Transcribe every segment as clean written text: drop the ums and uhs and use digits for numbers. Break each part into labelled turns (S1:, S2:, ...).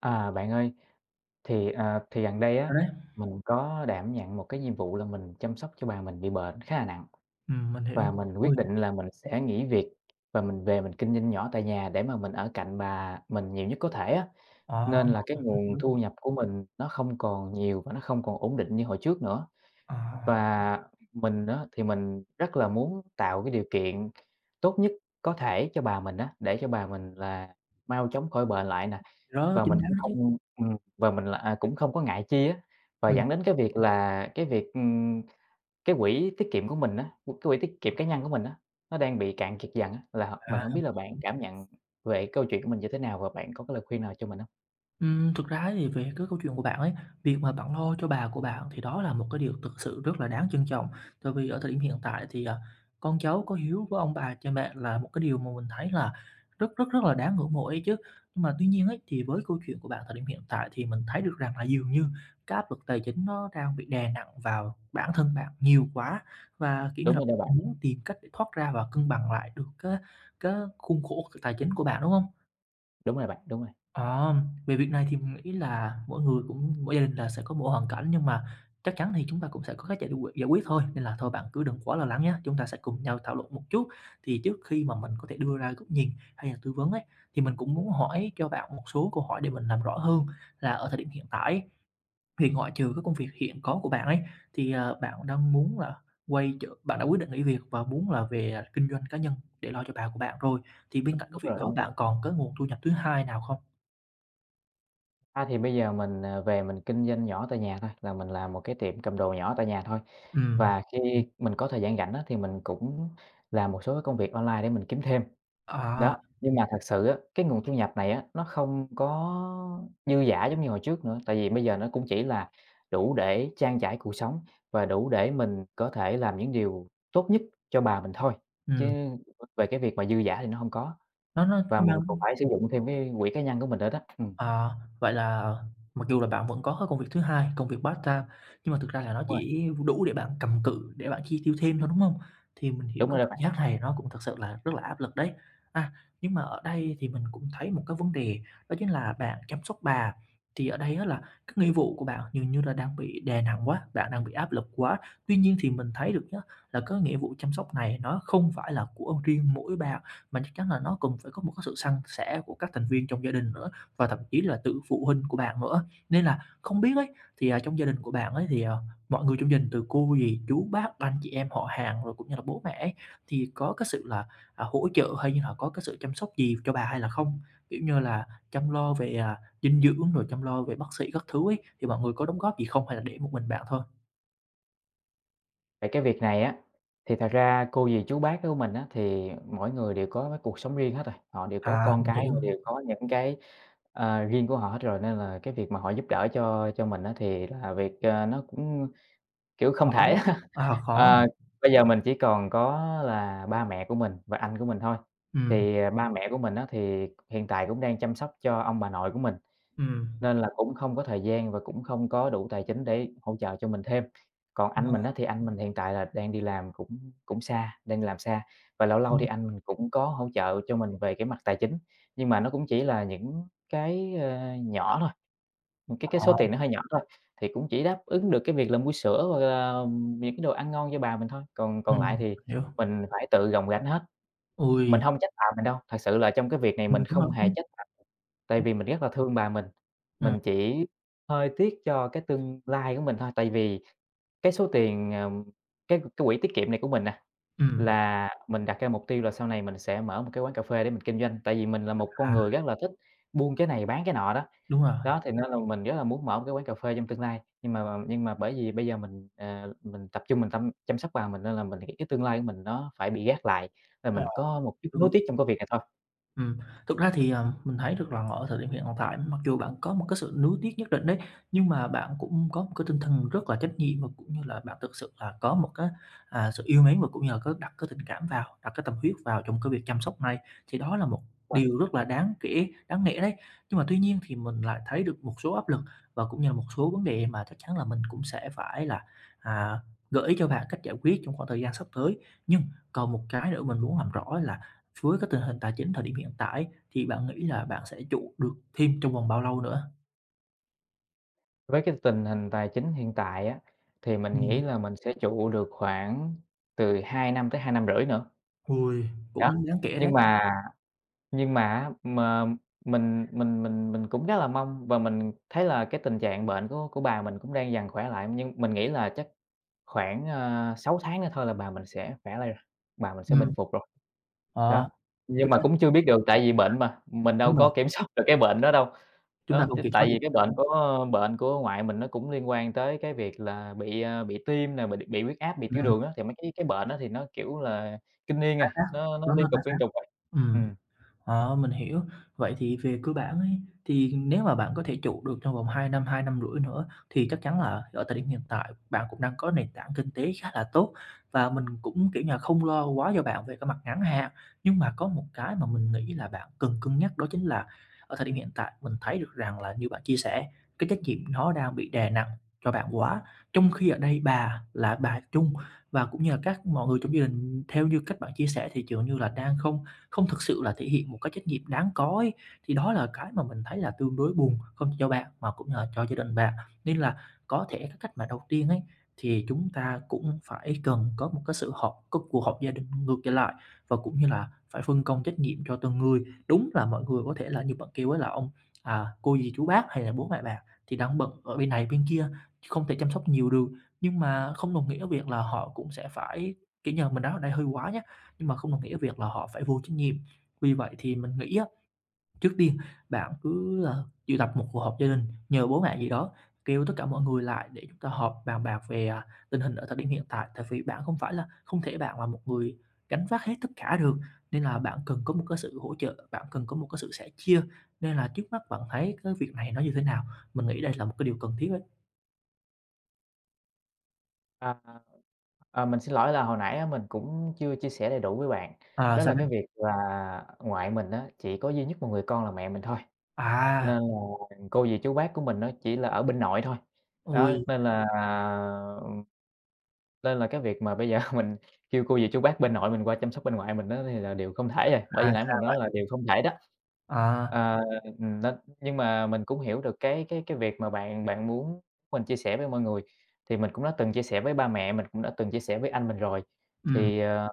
S1: Bạn ơi, thì gần đây á,
S2: Rồi đấy.
S1: mình có đảm nhận một cái nhiệm vụ là mình chăm sóc cho bà mình bị bệnh khá là nặng
S2: Mình hiểu.
S1: và mình
S2: Ui.
S1: quyết định là mình sẽ nghỉ việc và mình về mình kinh doanh nhỏ tại nhà để mà mình ở cạnh bà mình nhiều nhất có thể á.
S2: ờ,
S1: Nên là cái
S2: mình
S1: nguồn
S2: hiểu.
S1: thu nhập của mình nó không còn nhiều và nó không còn ổn định như hồi trước nữa.
S2: Ờ,
S1: Và mình á, thì mình rất là muốn tạo cái điều kiện tốt nhất có thể cho bà mình á, để cho bà mình là mau chóng khỏi bệnh lại nè.
S2: thì đó
S1: Và
S2: chính
S1: mình
S2: xác
S1: cũng
S2: đó chứ.
S1: không và cũng không có ngại chi á, và
S2: Ừm.
S1: dẫn đến cái việc là cái quỹ tiết kiệm của mình á, cái quỹ tiết kiệm cá nhân của mình á, nó đang bị cạn kiệt dần á, là mình
S2: À.
S1: không biết là bạn cảm nhận về câu chuyện của mình như thế nào và bạn có cái lời khuyên nào cho mình không.
S2: Thực ra ấy thì về cái câu chuyện của bạn ấy, việc mà bạn lo cho bà của bạn thì đó là một cái điều thực sự rất là đáng trân trọng. Tại vì ở thời điểm hiện tại thì, con cháu có hiếu với ông bà cha mẹ là một cái điều mà mình thấy là rất, rất, rất là đáng ngưỡng mộ ấy chứ. Nhưng mà tuy nhiên ấy, thì với câu chuyện của bạn thời điểm hiện tại thì mình thấy được rằng là dường như cái áp lực tài chính nó đang bị đè nặng vào bản thân bạn nhiều quá và, kiểu như
S1: Đúng
S2: là,
S1: rồi đó
S2: muốn tìm cách để thoát ra và cân bằng lại được cái khuôn khổ tài chính của bạn, đúng không?
S1: bạn, đúng rồi,
S2: Ờ, Về việc này thì mình nghĩ là mỗi người cũng mỗi gia đình là sẽ có một hoàn cảnh, nhưng mà chắc chắn thì chúng ta cũng sẽ có cách giải quyết thôi, nên là thôi bạn cứ đừng quá lo lắng nhé. Chúng ta sẽ cùng nhau thảo luận một chút, thì trước khi mà mình có thể đưa ra góc nhìn hay là tư vấn ấy, thì mình cũng muốn hỏi cho bạn một số câu hỏi để mình làm rõ hơn là ở thời điểm hiện tại thì ngoại trừ cái công việc hiện có của bạn ấy, thì, bạn đang muốn là quay trở bạn đã quyết định nghỉ việc và muốn là về kinh doanh cá nhân để lo cho bà của bạn rồi, thì bên cạnh cái
S1: đúng
S2: việc
S1: rồi,
S2: đó
S1: đúng rồi.
S2: bạn còn có nguồn thu nhập thứ hai nào không?
S1: Thì bây giờ về mình kinh doanh nhỏ tại nhà thôi, là mình làm một cái tiệm cầm đồ nhỏ tại nhà thôi.
S2: Ừm.
S1: Và khi mình có thời gian rảnh á, thì mình cũng làm một số cái công việc online để mình kiếm thêm,
S2: À,
S1: đó. Nhưng mà thật sự á, cái nguồn thu nhập này á, nó không có dư dả giống như hồi trước nữa, tại vì bây giờ nó cũng chỉ là đủ để trang trải cuộc sống và đủ để mình có thể làm những điều tốt nhất cho bà mình thôi, chứ
S2: ừm,
S1: về cái việc mà dư dả thì nó không có. Và
S2: nó
S1: mình cũng
S2: mang
S1: phải sử dụng thêm cái quỹ cá nhân của mình nữa đó.
S2: À, vậy là mặc dù là bạn vẫn có cái công việc thứ hai, công việc part-time, nhưng mà thực ra là nó
S1: Đúng rồi,
S2: chỉ đủ để bạn cầm cự, để bạn chi tiêu thêm thôi, đúng không? Thì mình hiểu
S1: đúng
S2: cái
S1: rồi đó
S2: cảm
S1: bạn.
S2: giác này nó cũng thật sự là rất là áp lực đấy. À, nhưng mà ở đây thì mình cũng thấy một cái vấn đề đó chính là bạn chăm sóc bà, thì ở đây á là cái nghĩa vụ của bạn dường như là đang bị đè nặng quá, bạn đang bị áp lực quá. Tuy nhiên thì mình thấy được nhá, là cái nghĩa vụ chăm sóc này nó không phải là của riêng mỗi bạn, mà chắc chắn là nó cần phải có một cái sự san sẻ của các thành viên trong gia đình nữa. Và thậm chí là từ phụ huynh của bạn nữa. Nên là không biết ấy, thì, trong gia đình của bạn ấy thì, mọi người trong gia đình từ cô, dì, chú, bác, anh chị em, họ hàng rồi cũng như là bố mẹ ấy, thì có cái sự là, hỗ trợ hay như là có cái sự chăm sóc gì cho bà hay là không? Kiểu như là chăm lo về, dinh dưỡng rồi chăm lo về bác sĩ các thứ ấy, thì mọi người có đóng góp gì không hay là để một mình bạn thôi?
S1: Vậy cái việc này á, thì thật ra cô dì chú bác của mình á, thì mỗi người đều có cái cuộc sống riêng hết rồi, họ đều có
S2: À,
S1: con
S2: mình
S1: cái,
S2: hiểu.
S1: họ đều có riêng của họ hết rồi, nên là cái việc mà họ giúp đỡ cho mình á, thì là việc, ờ, nó cũng, kiểu, không
S2: Khó,
S1: thể
S2: khó hả?
S1: Ờ, bây giờ mình chỉ còn có là ba mẹ của mình và anh của mình thôi,
S2: Ừm.
S1: ba mẹ của mình á, thì hiện tại cũng đang chăm sóc cho ông bà nội của mình.
S2: Ừm.
S1: Nên là cũng không có thời gian và cũng không có đủ tài chính để hỗ trợ cho mình thêm. Còn anh mình
S2: Ờ.
S1: á, thì anh mình hiện tại là đang đi làm cũng cũng xa, đang đi làm xa và lâu lâu
S2: Ừm.
S1: thì anh mình cũng có hỗ trợ cho mình về cái mặt tài chính, nhưng mà nó cũng chỉ là nhỏ thôi, những cái cái
S2: Ờ.
S1: số tiền nó hơi nhỏ thôi, thì cũng chỉ đáp ứng được cái việc là mua sữa và là ờ, những cái đồ ăn ngon cho bà mình thôi, còn còn lại
S2: Ừm.
S1: thì
S2: Hiểu.
S1: mình phải tự gồng gánh hết. Mình
S2: Ui.
S1: hông trách bà mình đâu, thật sự là trong cái việc này
S2: Ừm,
S1: mình
S2: đúng rồi,
S1: không hề
S2: đúng,
S1: trách bà mình, tại
S2: đúng.
S1: vì mình rất là thương bà mình.
S2: Ừm.
S1: Mình chỉ hơi tiếc cho cái tương lai của mình thôi, tại vì cái số tiền, ờm, cái quỹ tiết kiệm này của mình nè, là mình đặt ra mục tiêu là sau này mình sẽ mở một cái quán cà phê để mình kinh doanh, tại vì mình là một con
S2: À.
S1: người rất là thích buôn cái này bán cái nọ đó.
S2: Đúng rồi,
S1: Đó, thì nên là mình rất là muốn mở một cái quán cà phê trong tương lai, nhưng mà bởi vì bây giờ mình tập trung mình tâm chăm sóc vào mình nên là mình nghĩ cái tương lai của mình nó phải bị gác lại, là
S2: ờ,
S1: mình có một chút
S2: đúng
S1: nuối
S2: rồi.
S1: tiếc trong công việc này thôi.
S2: Ừm, Thực ra thì, mình thấy được rằng ở thời điểm hiện tại mặc dù bạn có một cái sự nuối tiếc nhất định đấy, nhưng mà bạn cũng có một cái tinh thần rất là trách nhiệm và cũng như là bạn thực sự là có một cái, sự yêu mến và cũng như là có đặt cái tình cảm vào, đặt cái tâm huyết vào trong cái việc chăm sóc này, thì đó là một
S1: Đúng rồi,
S2: điều rất là đáng kể đáng nể đấy. Nhưng mà tuy nhiên thì mình lại thấy được một số áp lực và cũng như là một số vấn đề mà chắc chắn là mình cũng sẽ phải là, à, gợi ý cho bạn cách giải quyết trong khoảng thời gian sắp tới. Nhưng còn một cái nữa mình muốn làm rõ là với cái tình hình tài chính thời điểm hiện tại thì bạn nghĩ là bạn sẽ trụ được thêm trong vòng bao lâu nữa?
S1: với cái tình hình tài chính hiện tại á, thì mình
S2: Ừm.
S1: nghĩ là mình sẽ trụ được khoảng từ 2 năm tới 2 năm rưỡi nữa,
S2: Ôi!
S1: đó,
S2: Cũng đáng kể
S1: nhưng
S2: đấy.
S1: mà Nhưng mà á, mà mình cũng rất là mong và mình thấy là cái tình trạng bệnh của bà mình cũng đang dần khỏe lại, nhưng mình nghĩ là chắc 6 tháng nữa thôi là bà mình sẽ khỏe lại rồi, bà mình sẽ bình
S2: Ừm.
S1: phục rồi, đó.
S2: ờ,
S1: Nhưng
S2: Thực
S1: mà
S2: ra thì
S1: cũng chưa biết được tại vì bệnh mà, mình đâu
S2: đúng rồi,
S1: có kiểm soát được cái bệnh đó đâu.
S2: chúng ta
S1: Đó, t
S2: không kiểm soát
S1: tại vì cái
S2: được,
S1: bệnh của ngoại mình nó cũng liên quan tới cái việc là bị tim nè, bị huyết áp, bị tiểu
S2: ừm,
S1: đường á, thì mấy cái bệnh đó thì nó, kiểu là, kinh niên
S2: tái
S1: à,
S2: phát,
S1: nó
S2: nó nó tái phát.
S1: liên tục à.
S2: Ừm.
S1: Ừm.
S2: Mình hiểu. Vậy thì về cơ bản ấy, thì nếu mà bạn có thể trụ được trong vòng 2 năm, 2 năm rưỡi nữa thì chắc chắn là ở thời điểm hiện tại bạn cũng đang có nền tảng kinh tế khá là tốt và mình cũng, kiểu như là, không lo quá cho bạn về cái mặt ngắn hạn. Nhưng mà có một cái mà mình nghĩ là bạn cần cân nhắc đó chính là ở thời điểm hiện tại mình thấy được rằng là như bạn chia sẻ, cái trách nhiệm nó đang bị đè nặng cho bạn quá, trong khi ở đây bà là bà chung và cũng như là các mọi người trong gia đình theo như cách bạn chia sẻ thì dường như là đang không không thực sự là thể hiện một cái trách nhiệm đáng có ấy, thì đó là cái mà mình thấy là tương đối buồn, không chỉ cho bạn mà cũng là cho gia đình bạn. Nên là có thể cái cách mà đầu tiên ấy, thì chúng ta cũng phải cần có một cái sự họp có cuộc họp gia đình ngược trở lại và cũng như là phải phân công trách nhiệm cho từng người. Đúng là mọi người có thể là như bạn kêu ấy là cô dì, chú bác hay là bố mẹ bạn thì đang bận ở bên này bên kia, không thể chăm sóc nhiều được, nhưng mà không đồng nghĩa việc là họ cũng sẽ phải kiểu như là, mình nói ở đây hơi quá nha, nhưng mà không đồng nghĩa việc là họ phải vô trách nhiệm. Vì vậy thì mình nghĩ á, trước tiên bạn cứ, triệu tập một cuộc họp gia đình, nhờ bố mẹ gì đó, kêu tất cả mọi người lại để chúng ta họp bàn bạc về, tình hình ở thời điểm hiện tại. Tại vì bạn không phải là không thể bạn là một người gánh vác hết tất cả được, nên là bạn cần có một cái sự hỗ trợ, bạn cần có một cái sự sẻ chia. Nên là trước mắt bạn thấy cái việc này nó như thế nào? Mình nghĩ đây là một cái điều cần thiết ấy.
S1: À, mình xin lỗi là hồi nãy á mình cũng chưa chia sẻ đầy đủ với bạn.
S2: À,
S1: Đó
S2: sao
S1: là
S2: đấy?
S1: cái việc là ngoại mình á, chỉ có duy nhất một người con là mẹ mình thôi, nên
S2: À.
S1: là cô dì chú bác của mình nó chỉ là ở bên nội thôi. Đó,
S2: Ui.
S1: nên là cái việc mà bây giờ mình kêu cô dì chú bác bên nội mình qua chăm sóc bên ngoại mình đó thì là điều không thể rồi, bởi vì nãy mình
S2: Sao
S1: nói
S2: vậy?
S1: là điều không thể đó.
S2: À.
S1: Ờ, nên nhưng mà mình cũng hiểu được cái cái việc mà bạn bạn muốn mình chia sẻ với mọi người, thì mình cũng đã từng chia sẻ với ba mẹ, mình cũng đã từng chia sẻ với anh mình rồi.
S2: Ừm.
S1: Thì, ờ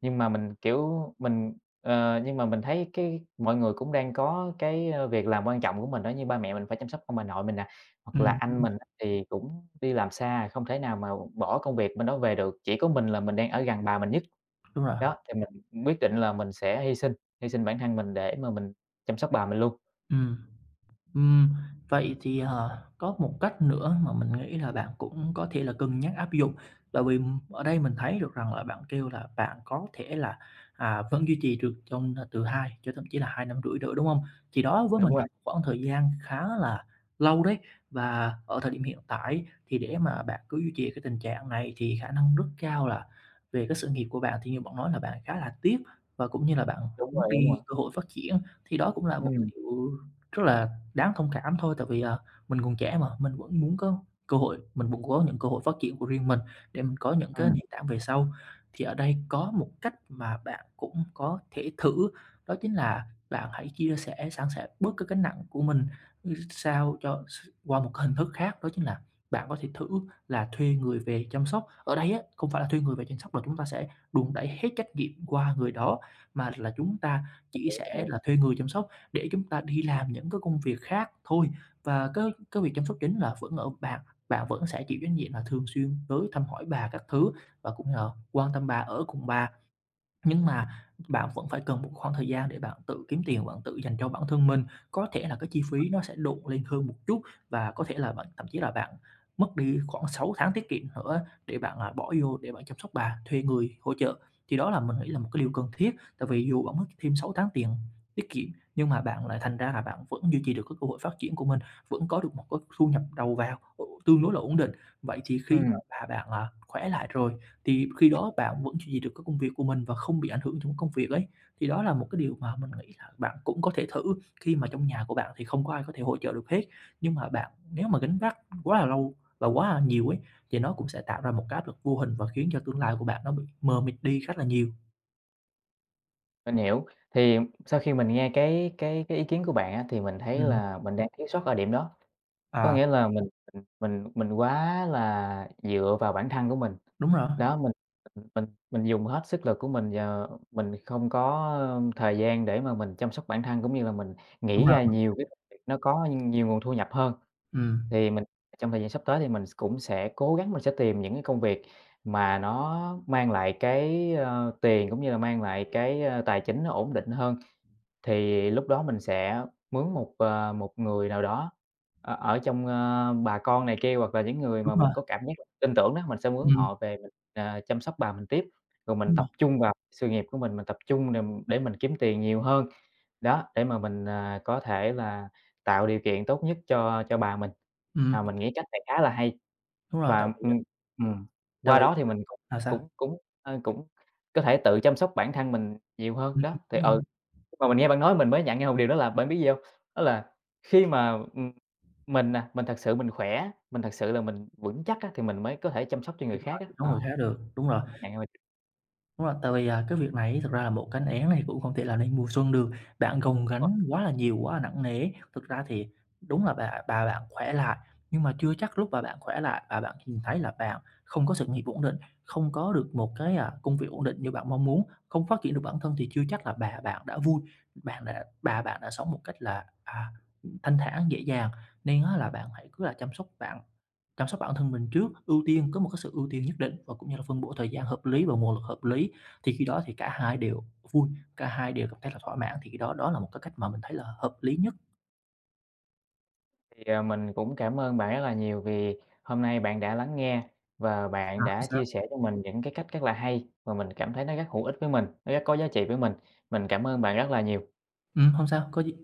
S1: nhưng mà mình, kiểu, mình ờ, nhưng mà mình thấy cái mọi người cũng đang có việc làm quan trọng của mình đó, như ba mẹ mình phải chăm sóc ông bà nội mình nè, hoặc là
S2: Ừm, đúng
S1: anh
S2: rồi,
S1: mình á thì cũng đi làm xa, không thể nào mà bỏ công việc bên đó về được, chỉ có mình là mình đang ở gần bà mình nhất.
S2: đúng rồi.
S1: Đó, thì mình quyết định là mình sẽ hy sinh bản thân mình để mà mình chăm sóc bà mình luôn.
S2: Ừm. Ừm, Vậy thì, có một cách nữa mà mình nghĩ là bạn cũng có thể là cân nhắc áp dụng, bởi vì ở đây mình thấy được rằng là bạn kêu là bạn có thể là, vẫn duy trì được trong từ 2 cho thậm chí là 2 năm rưỡi nữa, đúng không? Thì đó với
S1: Đúng
S2: mình là
S1: rồi,
S2: một khoảng thời gian khá là lâu đấy, và ở thời điểm hiện tại thì để mà bạn cứ duy trì cái tình trạng này thì khả năng rất cao là về cái sự nghiệp của bạn thì như bạn nói là bạn khá là tiếc và cũng như là bạn
S1: đúng
S2: mất
S1: rồi, đúng
S2: đi
S1: rồi.
S2: cơ hội phát triển, thì đó cũng là một cái
S1: Ừm,
S2: điều rất là đáng thông cảm thôi, tại vì, mình còn trẻ mà, mình vẫn muốn có cơ hội, mình vẫn có những cơ hội phát triển của riêng mình để mình có những cái
S1: ừm,
S2: nền tảng về sau. Thì ở đây có một cách mà bạn cũng có thể thử, đó chính là bạn hãy chia sẻ, san sẻ bớt cái gánh nặng của mình, sao cho qua một cái hình thức khác, đó chính là bạn có thể thử là thuê người về chăm sóc. Ở đây á, không phải là thuê người về chăm sóc là chúng ta sẽ đùn đẩy hết trách nhiệm qua người đó, mà là chúng ta chỉ sẽ
S1: hiểu,
S2: là thuê người chăm sóc để chúng ta đi làm những cái công việc khác thôi. Và cái việc chăm sóc chính là vẫn ở bạn, bạn vẫn sẽ chịu trách nhiệm là thường xuyên tới thăm hỏi bà các thứ và cũng như là quan tâm bà, ở cùng bà. Nhưng mà bạn vẫn phải cần một khoảng thời gian để bạn tự kiếm tiền, bạn tự dành cho bản thân mình. Có thể là cái chi phí nó sẽ độn lên hơn một chút và có thể là bạn thậm chí là bạn mất đi khoảng 6 tháng tiết kiệm nữa để bạn, bỏ vô để bạn chăm sóc bà, thuê người hỗ trợ. Thì đó là mình nghĩ là một cái điều cần thiết, tại vì dù bạn mất thêm 6 tháng tiền tiết kiệm, nhưng mà bạn lại thành ra là bạn vẫn duy trì được cái cơ hội phát triển của mình, vẫn có được một cái thu nhập đầu vào, tương đối là ổn định. Vậy thì khi mà
S1: ừm,
S2: bà bạn, khỏe lại rồi thì khi đó bạn vẫn duy trì được cái công việc của mình và không bị ảnh hưởng trong công việc ấy, thì đó là một cái điều mà mình nghĩ là bạn cũng có thể thử khi mà trong nhà của bạn thì không có ai có thể hỗ trợ được hết. Nhưng mà bạn nếu mà gánh vác quá là lâu và quá là nhiều ấy, thì nó cũng sẽ tạo ra một cái áp lực vô hình và khiến cho tương lai của bạn nó bị mờ mịt đi rất là nhiều.
S1: mình hiểu. Thì sau khi mình nghe cái cái ý kiến của bạn á, thì mình thấy
S2: Ừm.
S1: là mình đang thiếu sót ở điểm đó. Có
S2: À.
S1: nghĩa là mình quá là dựa vào bản thân của mình.
S2: Đúng rồi,
S1: Đó, mình dùng hết sức lực của mình và mình không có thời gian để mà mình chăm sóc bản thân, cũng như là mình
S2: đúng
S1: nghĩ
S2: rồi.
S1: ra nhiều cái công việc nó có nhiều nguồn thu nhập hơn.
S2: Ừm,
S1: Thì mình trong thời gian sắp tới thì mình cũng sẽ cố gắng mình sẽ tìm những cái công việc mà nó mang lại tiền cũng như là mang lại tài chính nó ổn định hơn. Thì lúc đó mình sẽ mướn một người nào đó ở ở trong, ơ, bà con này kia hoặc là những người
S2: đúng
S1: mà
S2: rồi.
S1: mình có cảm giác tin tưởng đó, mình sẽ mướn
S2: Ừm,
S1: họ về chăm sóc bà mình tiếp, rồi mình
S2: đúng
S1: tập
S2: rồi.
S1: trung vào sự nghiệp của mình tập trung để mình kiếm tiền nhiều hơn. Đó, để mà có thể là tạo điều kiện tốt nhất cho bà mình. À,
S2: Ừm,
S1: mình nghĩ cách này khá là hay
S2: đúng rồi. Tại
S1: và,
S2: vì
S1: ừm, ừm,
S2: tại
S1: qua
S2: vì
S1: đó thì mình cũng
S2: sao?
S1: cũng cũng, ơ, cũng có thể tự chăm sóc bản thân mình nhiều hơn
S2: Ừm,
S1: đó, thì
S2: đúng rồi,
S1: ừ. Mà mình nghe bạn nói mình mới nhận ra một điều đó là bạn biết gì hông? Đó là khi mà mình thật sự mình khỏe, mình thật sự là mình vững chắc á, thì mình mới có thể chăm sóc cho người
S2: đúng
S1: khác
S2: rồi,
S1: á.
S2: đâu có
S1: Ờ.
S2: người khác được, đúng rồi.
S1: Mình mới nhận ra mình
S2: Đúng rồi, tại vì, cái việc này thực ra là một cái án này cũng không thể làm nên mùa xuân được, bạn gồng
S1: đúng rồi,
S2: gánh quá là nhiều, quá là nặng nề. Thực ra thì đúng là bà bạn khỏe lại, nhưng mà chưa chắc lúc bà bạn khỏe lại, bà bạn nhìn thấy là bạn không có sự nghiệp ổn định, không có được một cái, công việc ổn định như bạn mong muốn, không phát triển được bản thân thì chưa chắc là bà bạn đã vui, bạn đã bà bạn đã sống một cách là, thanh thản, dễ dàng. Nên á là bạn hãy cứ là chăm sóc bản thân mình trước, ưu tiên có một cái sự ưu tiên nhất định và cũng như là phân bổ thời gian hợp lý và nguồn lực hợp lý thì khi đó thì cả hai đều vui, cả hai đều cảm thấy là thỏa mãn, thì khi đó đó là một cái cách mà mình thấy là hợp lý nhất.
S1: mình cũng cảm ơn bạn rất là nhiều vì hôm nay bạn đã lắng nghe và
S2: Mà
S1: bạn
S2: hông
S1: đã
S2: sao.
S1: chia sẻ cho mình những cái cách rất là hay, và mình cảm thấy nó rất hữu ích với mình, nó rất có giá trị với mình. Mình cảm ơn bạn rất là nhiều.
S2: Hông sao, có gì.